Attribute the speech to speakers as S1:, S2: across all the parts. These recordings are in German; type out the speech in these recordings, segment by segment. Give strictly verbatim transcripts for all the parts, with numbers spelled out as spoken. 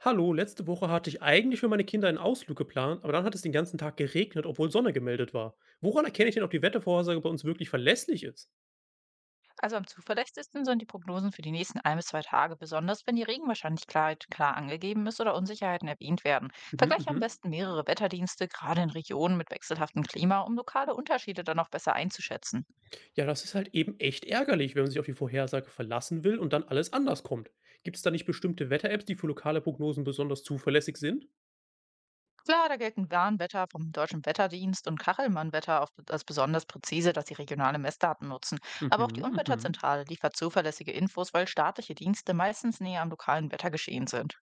S1: Hallo, letzte Woche hatte ich eigentlich für meine Kinder einen Ausflug geplant, aber dann hat es den ganzen Tag geregnet, obwohl Sonne gemeldet war. Woran erkenne ich denn, ob die Wettervorhersage bei uns wirklich verlässlich ist?
S2: Also am zuverlässigsten sind die Prognosen für die nächsten ein bis zwei Tage, besonders wenn die Regenwahrscheinlichkeit klar angegeben ist oder Unsicherheiten erwähnt werden.
S1: Mhm,
S2: Vergleiche am
S1: mhm.
S2: besten mehrere Wetterdienste, gerade in Regionen mit wechselhaftem Klima, um lokale Unterschiede dann auch besser einzuschätzen.
S1: Ja, das ist halt eben echt ärgerlich, wenn man sich auf die Vorhersage verlassen will und dann alles anders kommt. Gibt es da nicht bestimmte Wetter-Apps, die für lokale Prognosen besonders zuverlässig sind?
S2: Klar, da gelten Warnwetter vom Deutschen Wetterdienst und Kachelmann-Wetter auf- als besonders präzise, dass sie regionale Messdaten nutzen.
S1: Mhm,
S2: Aber auch die
S1: mhm.
S2: Unwetterzentrale liefert zuverlässige Infos, weil staatliche Dienste meistens näher am lokalen Wettergeschehen sind.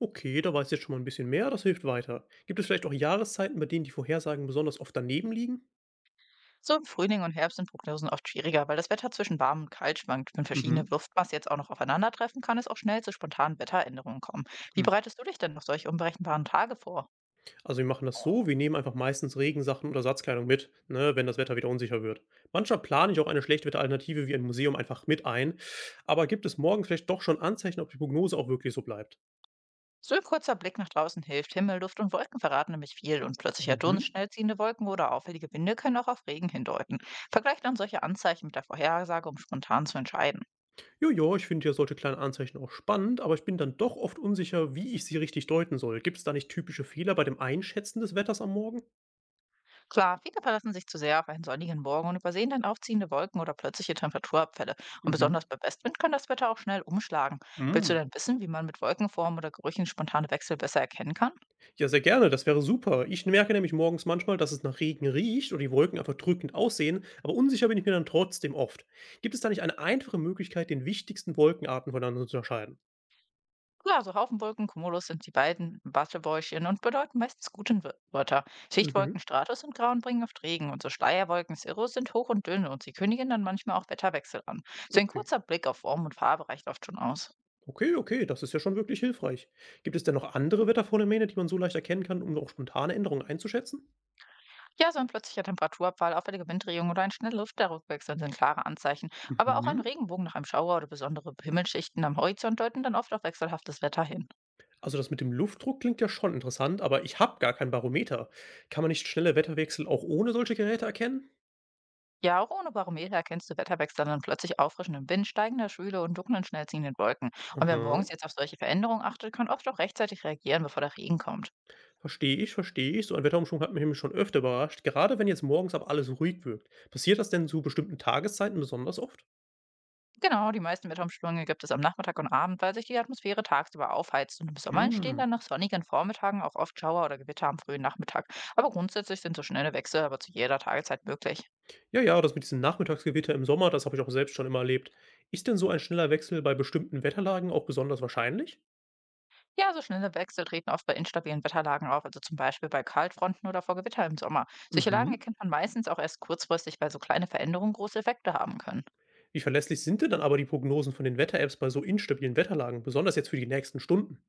S1: Okay, da weiß ich jetzt schon mal ein bisschen mehr, das hilft weiter. Gibt es vielleicht auch Jahreszeiten, bei denen die Vorhersagen besonders oft daneben liegen?
S2: So im Frühling und Herbst sind Prognosen oft schwieriger, weil das Wetter zwischen warm und kalt schwankt. Wenn verschiedene
S1: Mhm.
S2: Luftmassen jetzt auch noch aufeinandertreffen, kann es auch schnell zu spontanen Wetteränderungen kommen. Wie bereitest du dich denn auf solche unberechenbaren Tage vor?
S1: Also wir machen das so, wir nehmen einfach meistens Regensachen oder Ersatzkleidung mit, ne, wenn das Wetter wieder unsicher wird. Manchmal plane ich auch eine Schlechtwetteralternative wie ein Museum einfach mit ein, aber gibt es morgen vielleicht doch schon Anzeichen, ob die Prognose auch wirklich so bleibt?
S2: So ein kurzer Blick nach draußen hilft. Himmel, Luft und Wolken verraten nämlich viel, und plötzlicher
S1: Mhm.
S2: Dunst, schnell ziehende Wolken oder auffällige Winde können auch auf Regen hindeuten. Vergleicht dann solche Anzeichen mit der Vorhersage, um spontan zu entscheiden.
S1: Jojo, ich finde ja solche kleinen Anzeichen auch spannend, aber ich bin dann doch oft unsicher, wie ich sie richtig deuten soll. Gibt es da nicht typische Fehler bei dem Einschätzen des Wetters am Morgen?
S2: Klar, viele verlassen sich zu sehr auf einen sonnigen Morgen und übersehen dann aufziehende Wolken oder plötzliche Temperaturabfälle. Und
S1: Mhm.
S2: besonders bei Westwind kann das Wetter auch schnell umschlagen. Willst du
S1: Mm.
S2: denn wissen, wie man mit Wolkenformen oder Gerüchen spontane Wechsel besser erkennen kann?
S1: Ja, sehr gerne, das wäre super. Ich merke nämlich morgens manchmal, dass es nach Regen riecht oder die Wolken einfach drückend aussehen, aber unsicher bin ich mir dann trotzdem oft. Gibt es da nicht eine einfache Möglichkeit, den wichtigsten Wolkenarten voneinander zu unterscheiden?
S2: Ja, so Haufenwolken, Cumulus, sind die beiden Wattebäuchchen und bedeuten meistens guten Wir- Wetter.
S1: Mhm,
S2: Schichtwolken Stratus und Grauen bringen oft Regen, und so Schleierwolken Cirrus sind hoch und dünn, und sie kündigen dann manchmal auch Wetterwechsel an. So ein
S1: okay.
S2: kurzer Blick auf Form und Farbe reicht oft schon aus.
S1: Okay, okay, das ist ja schon wirklich hilfreich. Gibt es denn noch andere Wetterphänomene, die man so leicht erkennen kann, um auch spontane Änderungen einzuschätzen?
S2: Ja, so ein plötzlicher Temperaturabfall, auffällige Winddrehungen oder ein schneller Luftrückwechsel sind klare Anzeichen. Aber auch ein
S1: Mhm.
S2: Regenbogen nach einem Schauer oder besondere Himmelschichten am Horizont deuten dann oft auf wechselhaftes Wetter hin.
S1: Also das mit dem Luftdruck klingt ja schon interessant, aber ich habe gar kein Barometer. Kann man nicht schnelle Wetterwechsel auch ohne solche Geräte erkennen?
S2: Ja, auch ohne Barometer erkennst du Wetterwechsel dann: plötzlich auffrischenden Wind, steigender Schwüle und dunklen, schnell ziehenden Wolken. Und wer
S1: Aha.
S2: morgens jetzt auf solche Veränderungen achtet, kann oft auch rechtzeitig reagieren, bevor der Regen kommt.
S1: Verstehe ich, verstehe ich. So ein Wetterumschwung hat mich nämlich schon öfter überrascht, gerade wenn jetzt morgens aber alles ruhig wirkt. Passiert das denn zu bestimmten Tageszeiten besonders oft?
S2: Genau, die meisten Wetterumschwünge gibt es am Nachmittag und Abend, weil sich die Atmosphäre tagsüber aufheizt. Und im Sommer entstehen
S1: Hm.
S2: dann nach sonnigen Vormittagen auch oft Schauer oder Gewitter am frühen Nachmittag. Aber grundsätzlich sind so schnelle Wechsel aber zu jeder Tageszeit möglich.
S1: Ja, ja, das mit diesem Nachmittagsgewitter im Sommer, das habe ich auch selbst schon immer erlebt. Ist denn so ein schneller Wechsel bei bestimmten Wetterlagen auch besonders wahrscheinlich?
S2: Ja, so schnelle Wechsel treten oft bei instabilen Wetterlagen auf, also zum Beispiel bei Kaltfronten oder vor Gewitter im Sommer. Solche Lagen
S1: Mhm.
S2: erkennt man meistens auch erst kurzfristig, weil so kleine Veränderungen große Effekte haben können.
S1: Wie verlässlich sind denn dann aber die Prognosen von den Wetter-Apps bei so instabilen Wetterlagen, besonders jetzt für die nächsten Stunden?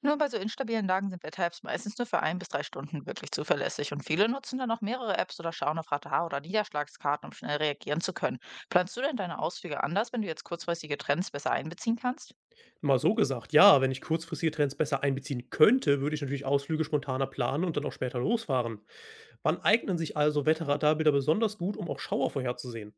S2: Nur bei so instabilen Lagen sind Wetter-Apps meistens nur für ein bis drei Stunden wirklich zuverlässig, und viele nutzen dann auch mehrere Apps oder schauen auf Radar- oder Niederschlagskarten, um schnell reagieren zu können. Planst du denn deine Ausflüge anders, wenn du jetzt kurzfristige Trends besser einbeziehen kannst?
S1: Mal so gesagt, ja, wenn ich kurzfristige Trends besser einbeziehen könnte, würde ich natürlich Ausflüge spontaner planen und dann auch später losfahren. Wann eignen sich also Wetterradarbilder besonders gut, um auch Schauer vorherzusehen?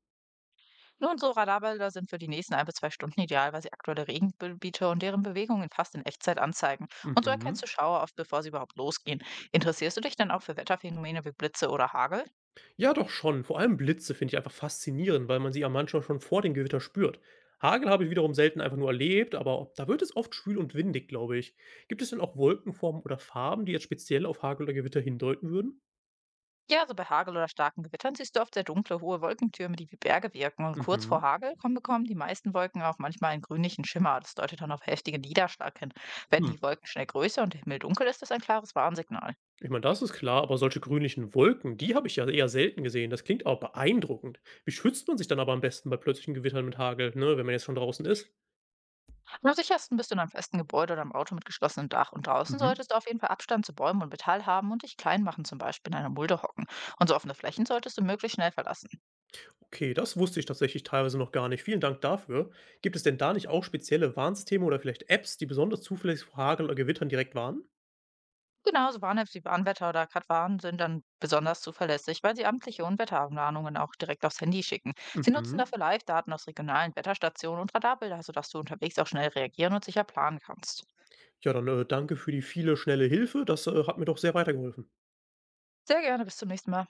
S2: Nun, so Radarbilder sind für die nächsten ein bis zwei Stunden ideal, weil sie aktuelle Regengebiete und deren Bewegungen fast in Echtzeit anzeigen. Und so erkennst du
S1: Mhm.
S2: Schauer oft, bevor sie überhaupt losgehen. Interessierst du dich denn auch für Wetterphänomene wie Blitze oder Hagel?
S1: Ja, doch schon. Vor allem Blitze finde ich einfach faszinierend, weil man sie ja manchmal schon vor dem Gewitter spürt. Hagel habe ich wiederum selten einfach nur erlebt, aber da wird es oft schwül und windig, glaube ich. Gibt es denn auch Wolkenformen oder Farben, die jetzt speziell auf Hagel oder Gewitter hindeuten würden?
S2: Ja, also bei Hagel oder starken Gewittern siehst du oft sehr dunkle, hohe Wolkentürme, die wie Berge wirken. Und kurz vor
S1: Mhm.
S2: Hagel kommen, bekommen die meisten Wolken auch manchmal einen grünlichen Schimmer. Das deutet dann auf heftigen Niederschlag hin. Werden
S1: Hm.
S2: die Wolken schnell größer und der Himmel dunkel, ist das ein klares Warnsignal.
S1: Ich meine, das ist klar, aber solche grünlichen Wolken, die habe ich ja eher selten gesehen. Das klingt aber beeindruckend. Wie schützt man sich dann aber am besten bei plötzlichen Gewittern mit Hagel, ne, wenn man jetzt schon draußen ist?
S2: Am sichersten bist du in einem festen Gebäude oder im Auto mit geschlossenem Dach. Und draußen
S1: Mhm.
S2: solltest du auf jeden Fall Abstand zu Bäumen und Metall haben und dich klein machen, zum Beispiel in einer Mulde hocken. Und so offene Flächen solltest du möglichst schnell verlassen.
S1: Okay, das wusste ich tatsächlich teilweise noch gar nicht. Vielen Dank dafür. Gibt es denn da nicht auch spezielle Warnsysteme oder vielleicht Apps, die besonders zuverlässig vor Hagel oder Gewittern direkt warnen?
S2: Genauso Warn-Apps wie Warnwetter oder Katwarn sind dann besonders zuverlässig, weil sie amtliche Unwetterwarnungen auch direkt aufs Handy schicken. Sie nutzen
S1: Mhm.
S2: dafür Live-Daten aus regionalen Wetterstationen und Radarbilder, sodass du unterwegs auch schnell reagieren und sicher planen kannst.
S1: Ja, dann äh, danke für die viele schnelle Hilfe. Das äh, hat mir doch sehr weitergeholfen.
S2: Sehr gerne, bis zum nächsten Mal.